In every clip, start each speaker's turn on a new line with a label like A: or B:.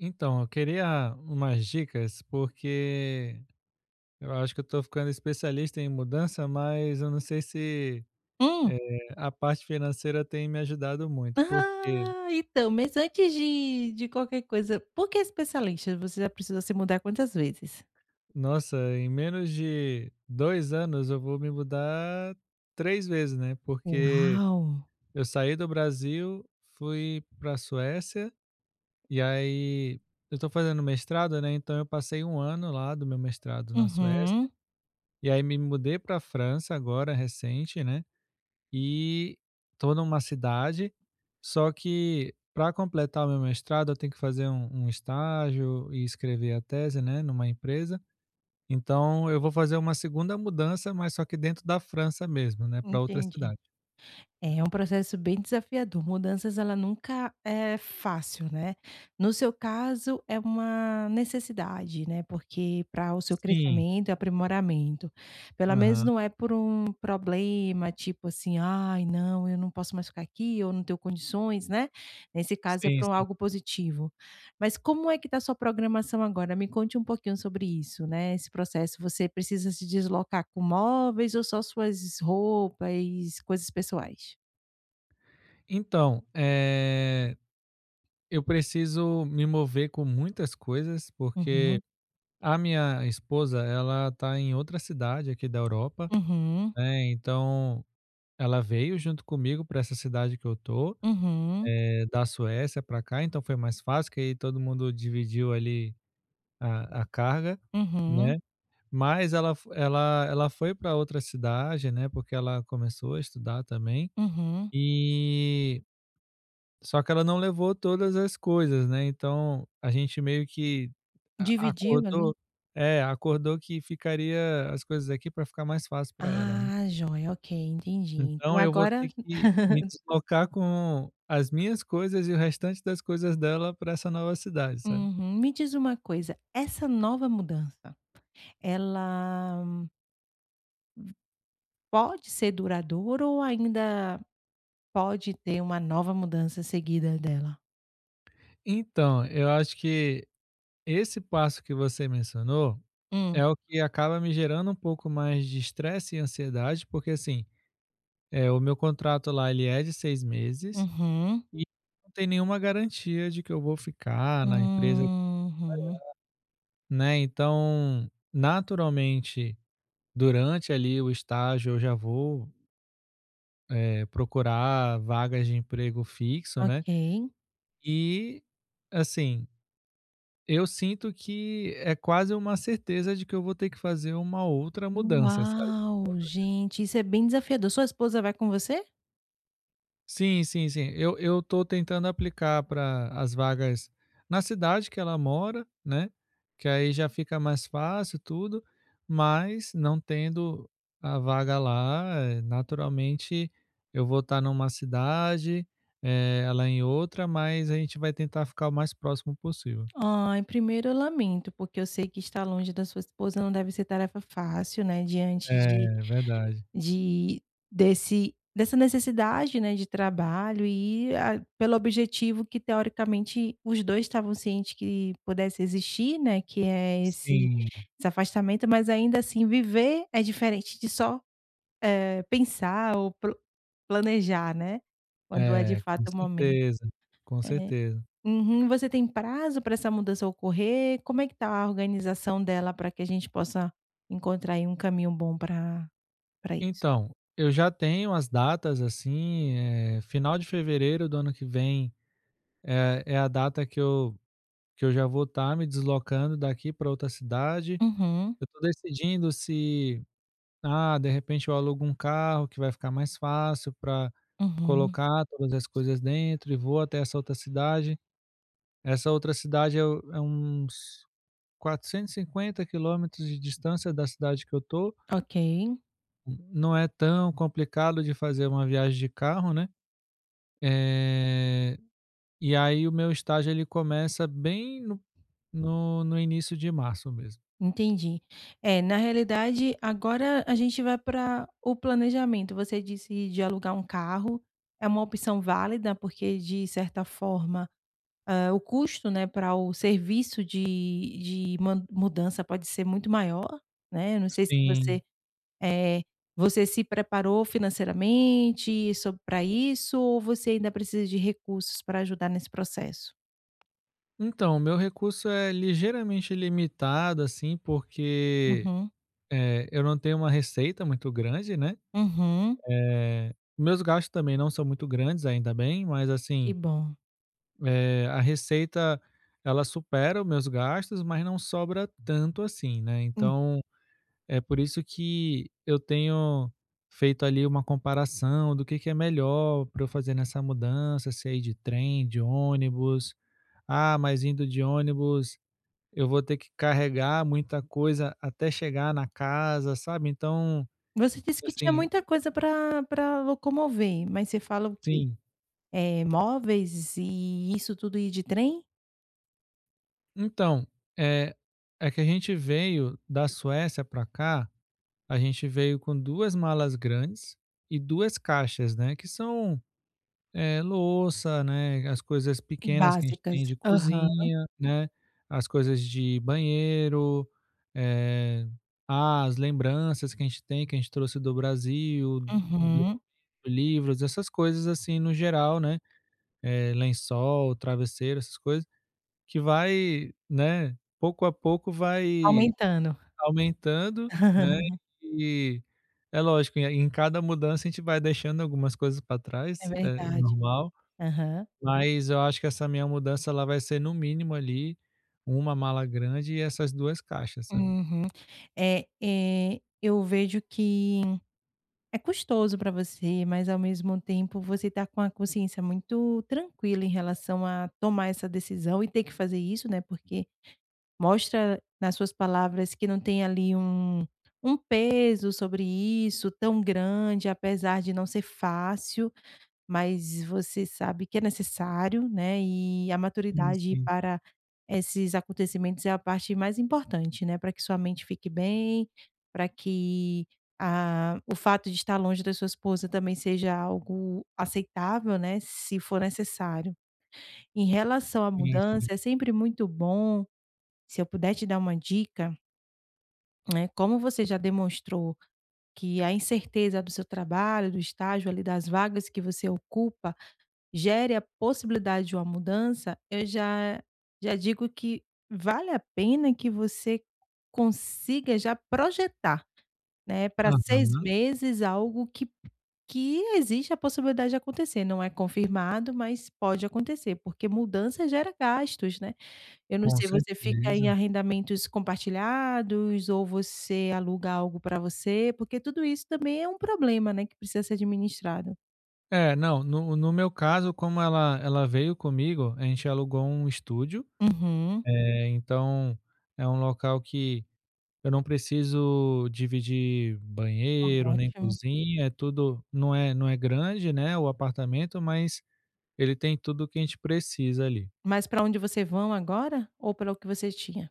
A: Então, eu queria umas dicas, porque eu acho que eu estou ficando especialista em mudança, mas eu não sei se
B: Hum.
A: eh, a parte financeira tem me ajudado muito, porque,
B: Ah, então, mas antes de qualquer coisa, por que especialista? Você já precisou se mudar quantas vezes?
A: nossa, em menos de 2 anos eu vou me mudar três vezes, né? Porque
B: Uau!
A: eu saí do Brasil, fui para a Suécia, e aí eu estou fazendo mestrado, né? Então eu passei um ano lá do meu mestrado na Suécia,
B: Uhum,
A: e aí me mudei para a França agora, recente, né? E tô numa cidade, só que para completar o meu mestrado eu tenho que fazer um estágio e escrever a tese, né, numa empresa. Então eu vou fazer uma segunda mudança, mas só que dentro da França mesmo, né, para outra
B: entendi.
A: cidade.
B: É um processo bem desafiador. Mudanças, ela nunca é fácil, né. No seu caso, é uma necessidade, né, porque para o seu
A: Sim,
B: crescimento e aprimoramento. Pelo menos
A: aham,
B: não é por um problema, tipo assim: "Ai, não, eu não posso mais ficar aqui, eu não tenho condições", né. Nesse caso, é
A: sim,
B: por
A: sim.
B: algo positivo. Mas como é que está sua programação agora? Me conte um pouquinho sobre isso, né, esse processo. Você precisa se deslocar com móveis ou só suas roupas, coisas pessoais?
A: Então, eu preciso me mover com muitas coisas, porque
B: Uhum,
A: a minha esposa, ela tá em outra cidade aqui da Europa,
B: uhum,
A: né, então ela veio junto comigo para essa cidade que eu tô,
B: uhum,
A: da Suécia para cá, então foi mais fácil, que aí todo mundo dividiu ali a carga,
B: uhum,
A: né. Mas ela fo ela ela foi para outra cidade, né, porque ela começou a estudar também,
B: uhum.
A: e só que ela não levou todas as coisas, né, então a gente meio que a
B: Dividiu ali?
A: acordou acordou que ficaria as coisas aqui para ficar mais fácil para ela, né.
B: Ah, joia, ok, entendi. Então
A: Então eu vou
B: agora
A: ter que me deslocar com as minhas coisas e o restante das coisas dela para essa nova cidade, sabe.
B: Uhum. Me diz uma coisa, essa nova mudança, ela pode ser duradoura ou ainda pode ter uma nova mudança seguida dela?
A: Então, eu acho que esse passo que você mencionou
B: Hum.
A: é o que acaba me gerando um pouco mais de estresse e ansiedade, porque, assim, o meu contrato lá ele é de 6 meses
B: Uhum.
A: e não tem nenhuma garantia de que eu vou ficar na empresa,
B: Uhum.
A: né. Então, naturalmente, durante ali o estágio eu já vou procurar vagas de emprego fixo, né.
B: Ok.
A: E, assim, eu sinto que é quase uma certeza de que eu vou ter que fazer uma outra mudança, sabe.
B: Uau, gente, isso é bem desafiador. Sua esposa vai com você?
A: Sim, sim, sim. Eu tô tentando aplicar para as vagas na cidade que ela mora, né, que aí já fica mais fácil tudo, mas não tendo a vaga lá, naturalmente eu vou estar numa cidade, ela em outra, mas a gente vai tentar ficar o mais próximo possível.
B: Ai, primeiro eu lamento, porque eu sei que estar longe da sua esposa não deve ser tarefa fácil, né, diante
A: É, verdade.
B: de desse dessa necessidade, né, de trabalho e a pelo objetivo que teoricamente os 2 estavam cientes que pudesse existir, né, que é esse
A: Sim,
B: esse afastamento, mas ainda assim viver é diferente de só, pensar ou pro planejar, né, quando é de
A: é, com
B: fato o momento.
A: certeza, com
B: É.
A: certeza.
B: Uhum. Você tem prazo para essa mudança ocorrer? Como é que está a organização dela para que a gente possa encontrar aí um caminho bom para isso?
A: Então, eu já tenho as datas, assim, final de fevereiro do ano que vem é a data que eu já vou estar me deslocando daqui para outra cidade.
B: Uhum,
A: Eu estou decidindo se, ah, de repente eu alugo um carro que vai ficar mais fácil para
B: uhum.
A: colocar todas as coisas dentro e vou até essa outra cidade. Essa outra cidade é u é uns 450 quilômetros de distância da cidade que eu tô.
B: Ok,
A: Não é tão complicado de fazer uma viagem de carro, né. Eh, e aí o meu estágio ele começa bem no início de março mesmo.
B: entendi. É, na realidade, agora a gente vai para o planejamento. Você disse de alugar um carro, é uma opção válida, porque de certa forma, ah, o custo, né, para o serviço de, mudança pode ser muito maior, né? Eu não sei se você
A: Sim.
B: é, você se preparou financeiramente para isso ou você ainda precisa de recursos para ajudar nesse processo?
A: Então, o meu recurso é ligeiramente limitado, assim, porque,
B: Uhum,
A: eu não tenho uma receita muito grande, né.
B: uhum,
A: Meus gastos também não são muito grandes, ainda bem, mas
B: que
A: assim,
B: bom.
A: a receita ela supera os meus gastos, mas não sobra tanto assim, né. Então é por isso que eu tenho feito ali uma comparação do que é melhor para eu fazer nessa mudança, se é ir de trem, de ônibus. Ah, mas indo de ônibus eu vou ter que carregar muita coisa até chegar na casa, sabe? Então,
B: Você disse que tinha
A: assim
B: muita coisa para locomover, mas você fala o quê?
A: sim.
B: Móveis e isso tudo ir de trem?
A: Então, eh, é que a gente veio da Suécia para cá, a gente veio com 2 malas grandes e 2 caixas, né, que são louça, né, as coisas pequenas que a gente
B: Básicas.
A: tem de
B: Aham.
A: cozinha, né, as coisas de banheiro, eh, ah, as lembranças que a gente tem, que a gente trouxe do Brasil, do
B: Uhum.
A: livros, essas coisas, assim, no geral, né, lençol, travesseiro, essas coisas, que vai, né, pouco a pouco vai
B: Aumentando.
A: aumentando, né, e é lógico, em cada mudança a gente vai deixando algumas coisas para
B: É
A: trás, é
B: verdade.
A: normal.
B: Aham.
A: Mas eu acho que essa minha mudança ela vai ser no mínimo ali, uma mala grande e essas duas caixas, sabe.
B: Uhum. É, eu vejo que é custoso para você, mas ao mesmo tempo você está com a consciência muito tranquila em relação a tomar essa decisão e ter que fazer isso, né, porque mostra nas suas palavras que não tem ali um peso sobre isso tão grande, apesar de não ser fácil, mas você sabe que é necessário, né, e a
A: Sim,
B: maturidade
A: sim,
B: para esses acontecimentos é a parte mais importante, né, para que sua mente fique bem, para que a o fato de estar longe da sua esposa também seja algo aceitável, né, se for necessário. Em relação à
A: sim,
B: mudança,
A: sim.
B: é sempre muito bom se eu puder te dar uma dica, né, como você já demonstrou que a incerteza do seu trabalho, do estágio ali, das vagas que você ocupa, gere a possibilidade de uma mudança, eu já digo que vale a pena que você consiga já projetar, né, para 6
A: Aham,
B: meses algo que existe a possibilidade de acontecer. Não é confirmado, mas pode acontecer, porque mudança gera gastos, né? Eu não
A: com
B: sei, você fica em
A: certeza.
B: arrendamentos compartilhados ou você aluga algo para você? Porque tudo isso também é um problema, né, que precisa ser administrado.
A: É, não, no meu caso, como ela veio comigo, a gente alugou um estúdio,
B: Uhum,
A: então é um local que eu não preciso dividir banheiro, nem
B: ótimo.
A: cozinha, é tudo não é grande, né, o apartamento, mas ele tem tudo que a gente precisa ali.
B: Mas para onde você vão agora ou para o que você tinha?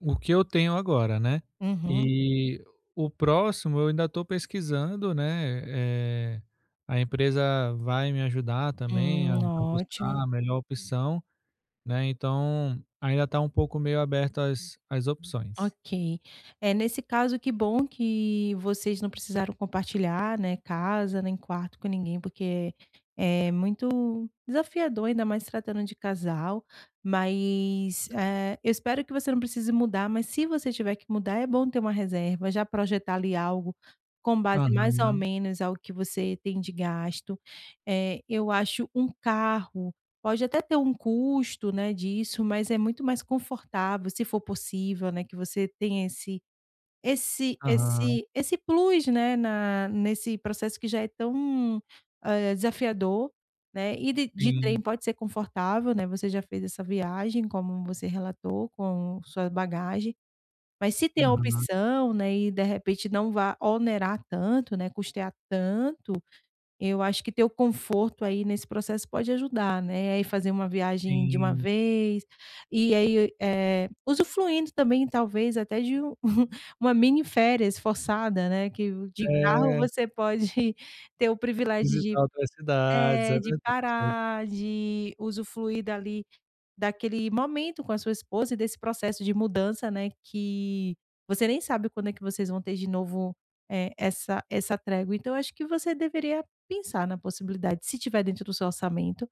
A: O que eu tenho agora, né.
B: Uhum.
A: E o próximo eu ainda estou pesquisando, né, a empresa vai me ajudar também a a
B: Ótimo.
A: buscar a melhor opção, né, então ainda está um pouco meio aberto as opções.
B: Ok. É, nesse caso, que bom que vocês não precisaram compartilhar, né, casa, nem quarto com ninguém, porque é muito desafiador, ainda mais se tratando de casal. Mas eu espero que você não precise mudar, mas se você tiver que mudar, é bom ter uma reserva, já projetar ali algo com base mais ou
A: Aham,
B: menos ao que você tem de gasto. Eu acho um carro pode até ter um custo, né, disso, mas é muito mais confortável, se for possível, né, que você tenha esse esse
A: aham,
B: esse esse plus, né, na nesse processo que já é tão, desafiador, né. Ir de trem
A: sim,
B: pode ser confortável, né, você já fez essa viagem, como você relatou, com sua bagagem, mas se tem a
A: aham,
B: opção, né, e de repente não vá onerar tanto, né, custear tanto eu acho que ter o conforto aí nesse processo pode ajudar, né, aí fazer uma viagem de uma
A: sim.
B: vez, e aí, usufruindo também talvez até de um uma mini férias forçada, né, que o de carro
A: É,
B: você pode ter o privilégio de
A: visitar outras cidades, é
B: é, de
A: verdade, é verdade.
B: parar, de usufruir dali daquele momento com a sua esposa e desse processo de mudança, né, que você nem sabe quando é que vocês vão ter de novo, essa trégua. Então, eu acho que você deveria pensar na possibilidade, se tiver dentro do seu orçamento,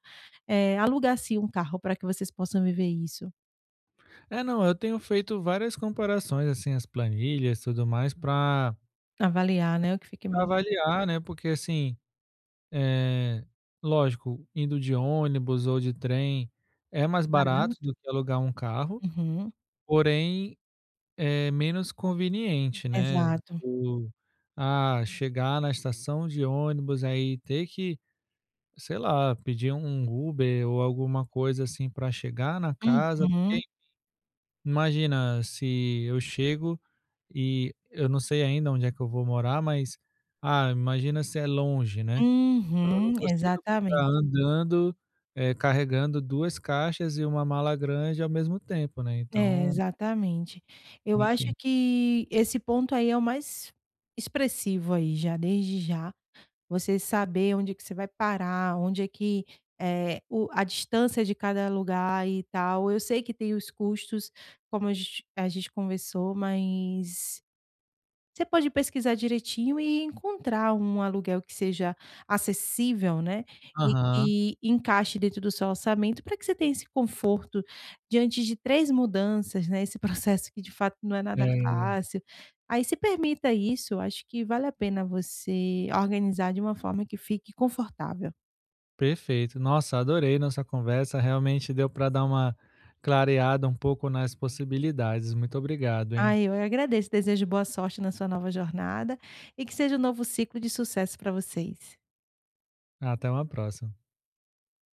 B: alugar sim um carro para que vocês possam viver isso.
A: É, não, eu tenho feito várias comparações, assim, as planilhas, e tudo mais, para
B: Avaliar, né, o que fica meio
A: avaliar, né, porque assim, Eh, lógico, indo de ônibus ou de trem é mais
B: mais
A: Barato
B: barato.
A: do que alugar um carro,
B: Uhum,
A: porém é menos conveniente, né,
B: exato.
A: do chegar na estação de ônibus, aí ter que, sei lá, pedir um Uber ou alguma coisa assim para chegar na casa, porque
B: Uhum,
A: imagina se eu chego e eu não sei ainda onde é que eu vou morar, mas, ah, imagina se é longe, né. Eu não
B: uhum,
A: consigo ficar
B: exatamente.
A: andando, carregando 2 caixas e uma mala grande ao mesmo tempo, né,
B: É,
A: então,
B: exatamente. Eu acho
A: enfim.
B: que esse ponto aí é o mais expressivo aí já, desde já, você saber onde é que você vai parar, onde é que, o a distância de cada lugar e tal. Eu sei que tem os custos, como a gente conversou, mas você pode pesquisar direitinho e encontrar um aluguel que seja acessível, né, e
A: Aham.
B: que encaixe dentro do seu orçamento para que você tenha esse conforto diante de 3 mudanças, né, esse processo que de fato não é nada
A: É,
B: fácil. Aí se permita isso, acho que vale a pena você organizar de uma forma que fique confortável.
A: perfeito. Nossa, adorei nossa conversa, realmente deu pra dar uma clareada um pouco nas possibilidades. Muito obrigado, hein.
B: Ai, eu agradeço, desejo boa sorte na sua nova jornada e que seja um novo ciclo de sucesso para vocês.
A: Até uma próxima.